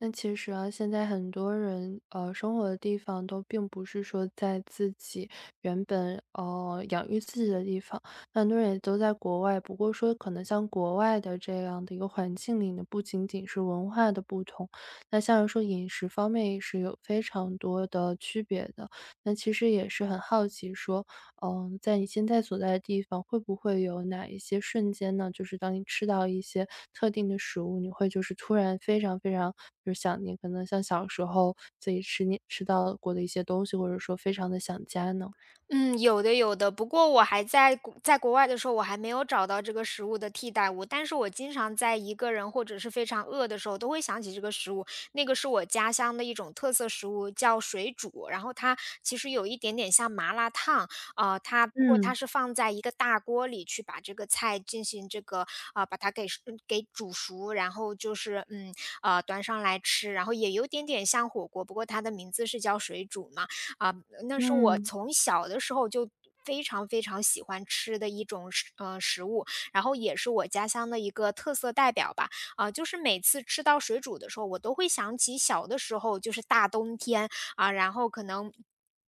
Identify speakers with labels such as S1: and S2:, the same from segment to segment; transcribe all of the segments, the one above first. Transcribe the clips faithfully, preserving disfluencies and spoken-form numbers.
S1: 那其实啊，现在很多人呃生活的地方都并不是说在自己原本呃养育自己的地方，很多人也都在国外。不过说可能像国外的这样的一个环境里呢，不仅仅是文化的不同，那像是说饮食方面也是有非常多的区别的。那其实也是很好奇说，嗯，在你现在所在的地方，会不会有哪一些瞬间呢？就是当你吃到一些特定的食物，你会就是突然非常非常，就是想念，可能像小时候自己吃你吃到过的一些东西，或者说非常的想家呢？
S2: 嗯，有的有的，不过我还在国在国外的时候，我还没有找到这个食物的替代物，但是我经常在一个人或者是非常饿的时候，都会想起这个食物。那个是我家乡的一种特色食物，叫水煮，然后它其实有一点点像麻辣烫。呃，它不过
S1: 嗯，
S2: 它是放在一个大锅里去把这个菜进行这个啊、呃把它给嗯给煮熟，然后就是嗯呃端上来吃，然后也有点点像火锅，不过它的名字是叫水煮嘛。啊，那是我
S1: 嗯，
S2: 从小的时候就非常非常喜欢吃的一种食呃，食物，然后也是我家乡的一个特色代表吧。啊，就是每次吃到水煮的时候，我都会想起小的时候，就是大冬天。啊，然后可能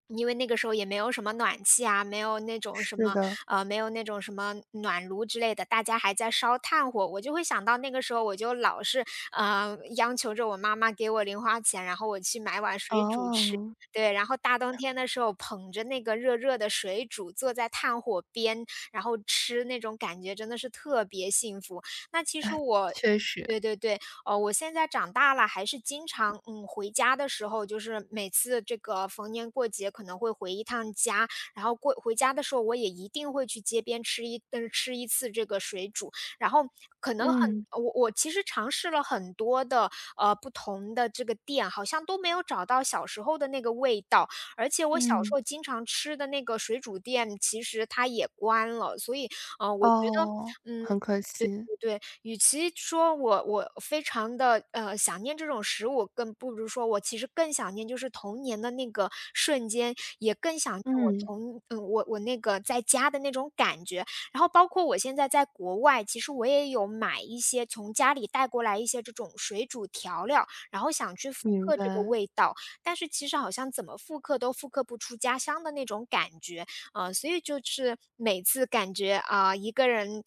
S2: 因为那个时候也没有什么暖气啊，没有那种什
S1: 是
S2: 么
S1: 的。
S2: 呃，没有那种什么暖炉之类的，大家还在烧炭火，我就会想到那个时候我就老是，呃，央求着我妈妈给我零花钱，然后我去买碗水煮吃。
S1: 哦，
S2: 对，然后大冬天的时候捧着那个热热的水煮，坐在炭火边，然后吃那种感觉真的是特别幸福。那其实我
S1: 确实，
S2: 对对对，呃，我现在长大了，还是经常嗯回家的时候，就是每次这个逢年过节可能会回一趟家，然后过回家的时候，我也一定会去街边吃一嗯、呃吃一次这个水煮。然后可能
S1: 嗯，
S2: 很我我其实尝试了很多的呃，不同的这个店，好像都没有找到小时候的那个味道。而且我小时
S1: 嗯，
S2: 候经常吃的那个水煮店，其实它也关了。所以呃，我觉得，
S1: 哦，
S2: 嗯，
S1: 很可惜，
S2: 对，与其说我我非常的呃，想念这种食物，更不如说我其实更想念就是童年的那个瞬间，也更想念我
S1: 嗯，
S2: 童嗯，我我那个在家的那种感觉。然后包括我现在在国外，其实我也有买一些从家里带过来一些这种水煮调料，然后想去复
S1: 明
S2: 刻这个
S1: 白。
S2: 味道，但是其实好像怎么复刻都复刻不出家乡的那种感觉。啊，所以就是每次感觉啊，一个人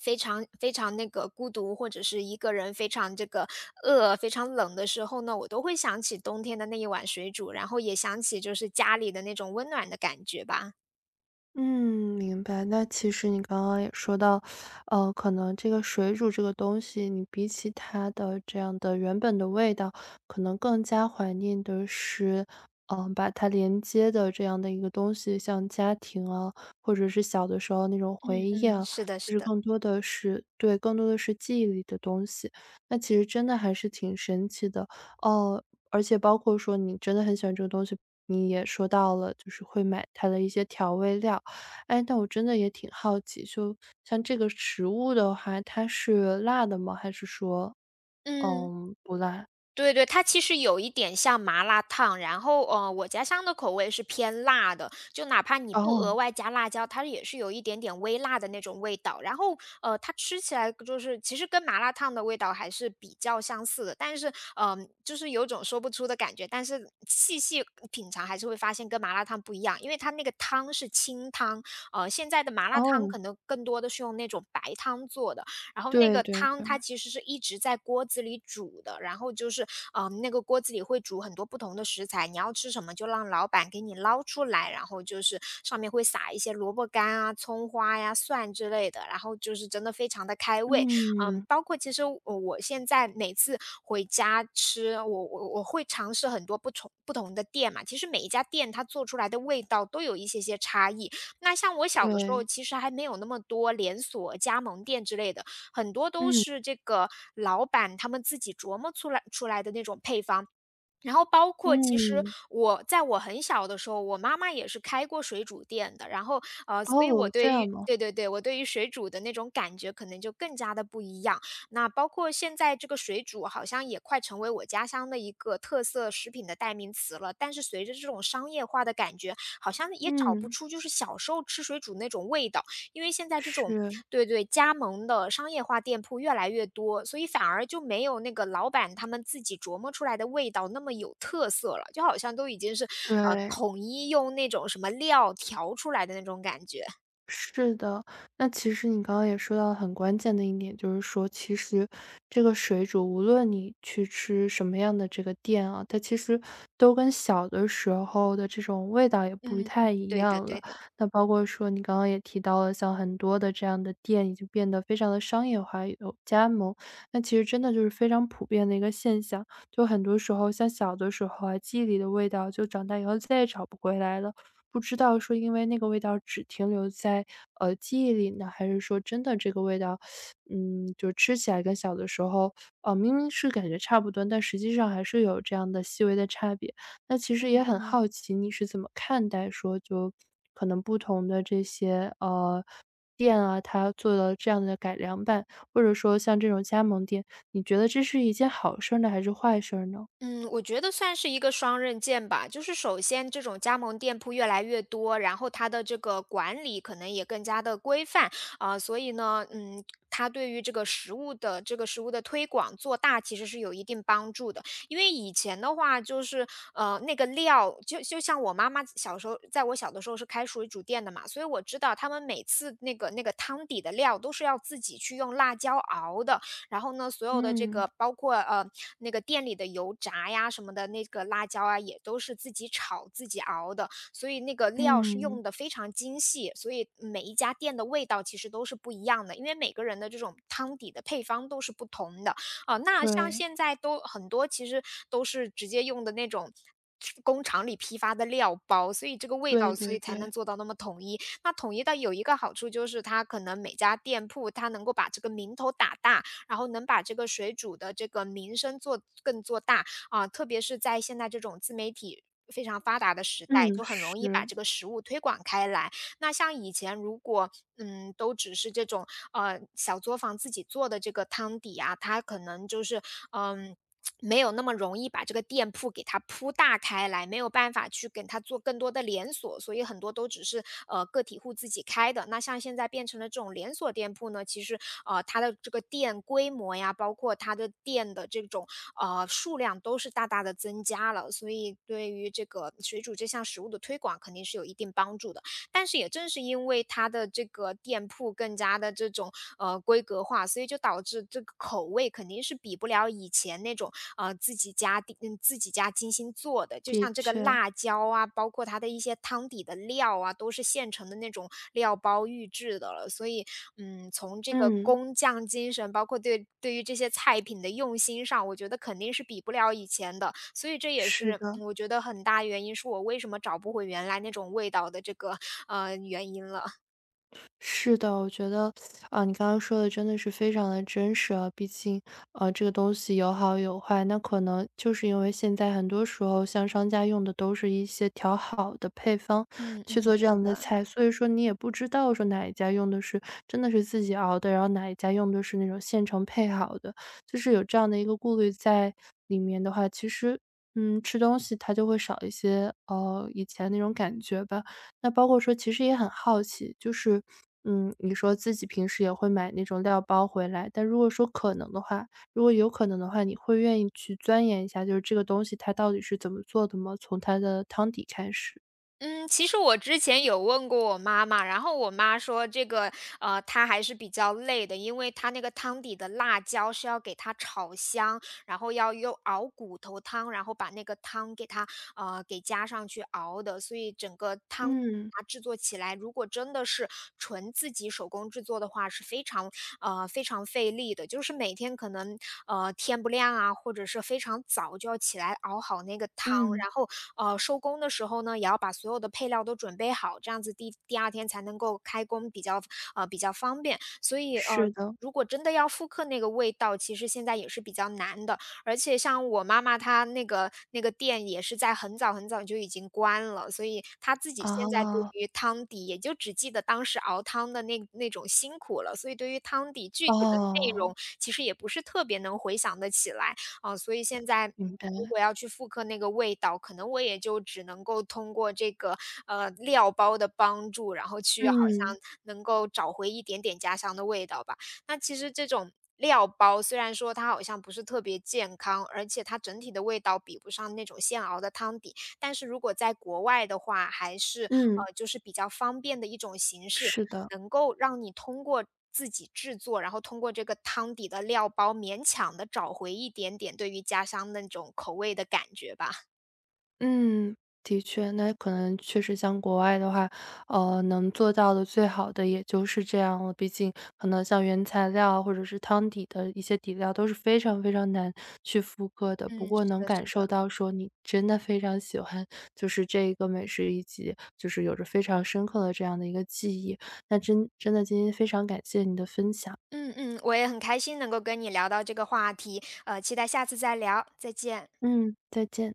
S2: 非常非常那个孤独，或者是一个人非常这个饿、非常冷的时候呢，我都会想起冬天的那一碗水煮，然后也想起就是家里的那种温暖的感觉吧。
S1: 嗯，明白。那其实你刚刚也说到，呃，可能这个水煮这个东西，你比起它的这样的原本的味道，可能更加怀念的是，嗯、把它连接的这样的一个东西，像家庭啊，或者是小的时候那种回
S2: 嗯
S1: 忆
S2: 嗯，
S1: 啊，
S2: 是的，
S1: 就
S2: 是
S1: 是
S2: 的。
S1: 更多的是对，更多的是记忆里的东西。那其实真的还是挺神奇的哦。而且包括说你真的很喜欢这个东西，你也说到了，就是会买它的一些调味料。哎，但我真的也挺好奇，就像这个食物的话，它是辣的吗？还是说，
S2: 嗯。
S1: 嗯，不辣？
S2: 对对，它其实有一点像麻辣烫。然后呃，我家乡的口味是偏辣的，就哪怕你不额
S1: 哦，
S2: 外加辣椒，它也是有一点点微辣的那种味道。然后呃，它吃起来就是其实跟麻辣烫的味道还是比较相似的，但是嗯，呃就是有种说不出的感觉。但是细细品尝还是会发现跟麻辣烫不一样，因为它那个汤是清汤。呃，现在的麻辣烫
S1: 哦，
S2: 可能更多的是用那种白汤做的，然后那
S1: 对
S2: 个
S1: 对
S2: 汤它
S1: 对，
S2: 其实是一直在锅子里煮的。然后就是，嗯，呃那个锅子里会煮很多不同的食材，你要吃什么就让老板给你捞出来，然后就是上面会撒一些萝卜干啊、葱花呀、蒜之类的，然后就是真的非常的开胃。嗯，
S1: 嗯，
S2: 包括其实我我现在每次回家吃，我我我会尝试很多不同不同的店嘛，其实每一家店它做出来的味道都有一些些差异。那像我小的时候，
S1: 对，
S2: 其实还没有那么多连锁加盟店之类的，很多都
S1: 嗯，
S2: 是这个老板他们自己琢磨出来出来的那种配方。然后包括其实
S1: 嗯，
S2: 我在我很小的时候，我妈妈也是开过水煮店的。然后呃，所以我
S1: 哦，这
S2: 对
S1: 样
S2: 于
S1: 吗？
S2: 对对对，我对于水煮的那种感觉可能就更加的不一样。那包括现在这个水煮好像也快成为我家乡的一个特色食品的代名词了，但是随着这种商业化的感觉，好像也找不
S1: 嗯，
S2: 出就是小时候吃水煮那种味道。因为现在这种
S1: 是，
S2: 对对，加盟的商业化店铺越来越多，所以反而就没有那个老板他们自己琢磨出来的味道那么有特色了，就好像都已经是呃，
S1: 对。
S2: 统一用那种什么料调出来的那种感觉。
S1: 是的，那其实你刚刚也说到了很关键的一点，就是说其实这个水煮，无论你去吃什么样的这个店啊，它其实都跟小的时候的这种味道也不
S2: 嗯
S1: 太
S2: 嗯，
S1: 一
S2: 对的
S1: 样了。
S2: 对的。
S1: 那包括说你刚刚也提到了，像很多的这样的店已经变得非常的商业化，有加盟，那其实真的就是非常普遍的一个现象。就很多时候，像小的时候啊，记忆里的味道，就长大以后再也找不回来了。不知道说因为那个味道只停留在，呃，记忆里呢，还是说真的这个味道，嗯，就吃起来跟小的时候，呃，明明是感觉差不多，但实际上还是有这样的细微的差别。那其实也
S2: 嗯
S1: 很
S2: 嗯。
S1: 好奇你是怎么看待说就可能不同的这些，呃，店啊，它做了这样的改良版，或者说像这种加盟店，你觉得这是一件好事儿呢，还是坏事儿呢？
S2: 嗯，我觉得算是一个双刃剑吧。就是首先，这种加盟店铺越来越多，然后它的这个管理可能也更加的规范。啊、所以呢，嗯，它对于这个食物的这个食物的推广做大，其实是有一定帮助的。因为以前的话，就是呃那个料，就就像我妈妈小时候，在我小的时候是开水煮店的嘛，所以我知道他们每次那个那个汤底的料都是要自己去用辣椒熬的。然后呢，所有的这
S1: 嗯，
S2: 个包括呃那个店里的油炸呀什么的，那个辣椒啊也都是自己炒自己熬的，所以那个料是
S1: 嗯，
S2: 用的非常精细，所以每一家店的味道其实都是不一样的，因为每个人的这种汤底的配方都是不同的。啊、那像
S1: 对，
S2: 现在都很多其实都是直接用的那种工厂里批发的料包，所以这个味
S1: 对
S2: 道，所
S1: 对
S2: 以才
S1: 对。
S2: 能做到那么统一。那统一的有一个好处就是，它可能每家店铺它能够把这个名头打大，然后能把这个水煮的这个名声做更做大。啊。特别是在现在这种自媒体非常发达的时代，
S1: 嗯，
S2: 就很容易把
S1: 是，
S2: 这个食物推广开来。那像以前如果嗯都只是这种呃小作坊自己做的这个汤底啊，它可能就是嗯。没有那么容易把这个店铺给它铺大开来，没有办法去给它做更多的连锁，所以很多都只是呃个体户自己开的。那像现在变成了这种连锁店铺呢，其实呃它的这个店规模呀，包括它的店的这种呃数量都是大大的增加了，所以对于这个水煮这项食物的推广肯定是有一定帮助的。但是也正是因为它的这个店铺更加的这种呃规格化，所以就导致这个口味肯定是比不了以前那种呃自己家地嗯自己家精心做的，就
S1: 的
S2: 像这个
S1: 确，
S2: 辣椒啊，包括它的一些汤底的料啊，都是现成的，那种料包预制的了。所以嗯，从这个
S1: 嗯，
S2: 工匠精神，包括对对于这些菜品的用心上，我觉得肯定是比不了以前的。所以这也
S1: 是
S2: 是
S1: 的。
S2: 嗯我觉得很大原因，是我为什么找不回原来那种味道的这个呃原因了。
S1: 是的，我觉得，啊，你刚刚说的真的是非常的真实啊，毕竟，呃，这个东西有好有坏，那可能就是因为现在很多时候像商家用的都是一些调好的配方
S2: 嗯
S1: 去
S2: 嗯，
S1: 做这
S2: 是
S1: 样的
S2: 的。
S1: 菜，所以说你也不知道说哪一家用的是真的是自己熬的，然后哪一家用的是那种现成配好的，就是有这样的一个顾虑在里面的话，其实，嗯，吃东西它就会少一些，呃，以前那种感觉吧。那包括说其实也很好奇，就是，嗯，你说自己平时也会买那种料包回来，但如果说可能的话，如果有可能的话，你会愿意去钻研一下，就是这个东西它到底是怎么做的吗？从它的汤底开始。
S2: 嗯，其实我之前有问过我妈妈，然后我妈说这个呃，她还是比较累的，因为她那个汤底的辣椒是要给它炒香，然后要用熬骨头汤，然后把那个汤给它呃给加上去熬的，所以整个汤
S1: 嗯，
S2: 它制作起来，如果真的是纯自己手工制作的话，是非常呃非常费力的。就是每天可能呃天不亮啊，或者是非常早就要起来熬好那个汤，
S1: 嗯，
S2: 然后呃收工的时候呢，也要把所有的配料都准备好，这样子第第二天才能够开工，比较呃比较方便。所以呃。
S1: 是的。
S2: 如果真的要复刻那个味道，其实现在也是比较难的。而且像我妈妈她那个那个店也是在很早很早就已经关了，所以她自己现在对
S1: 啊，
S2: 于汤底也就只记得当时熬汤的那那种辛苦了，所以对于汤底具体的内
S1: 哦，
S2: 容其实也不是特别能回想得起来。啊，所以现在嗯
S1: 明
S2: 如
S1: 白。
S2: 果要去复刻那个味道，可能我也就只能够通过这个呃，料包的帮助，然后去好
S1: 嗯，
S2: 像能够找回一点点家乡的味道吧。那其实这种料包虽然说它好像不是特别健康，而且它整体的味道比不上那种现熬的汤底，但是如果在国外的话，还是
S1: 嗯，
S2: 呃就是比较方便的一种形式，
S1: 是的。
S2: 能够让你通过自己制作，然后通过这个汤底的料包，勉强的找回一点点对于家乡那种口味的感觉吧。
S1: 嗯，的确，那可能确实像国外的话，呃，能做到的最好的也就是这样了。毕竟可能像原材料啊或者是汤底的一些底料都是非常非常难去复刻的。不
S2: 嗯，
S1: 过
S2: 是
S1: 能
S2: 的，
S1: 感
S2: 是的。
S1: 受到说你真的非常喜欢，就是这一个美食以及就是有着非常深刻的这样的一个记忆。那真真的今天非常感谢你的分享，
S2: 嗯嗯，我也很开心能够跟你聊到这个话题，呃，期待下次再聊，再见。
S1: 嗯，再见。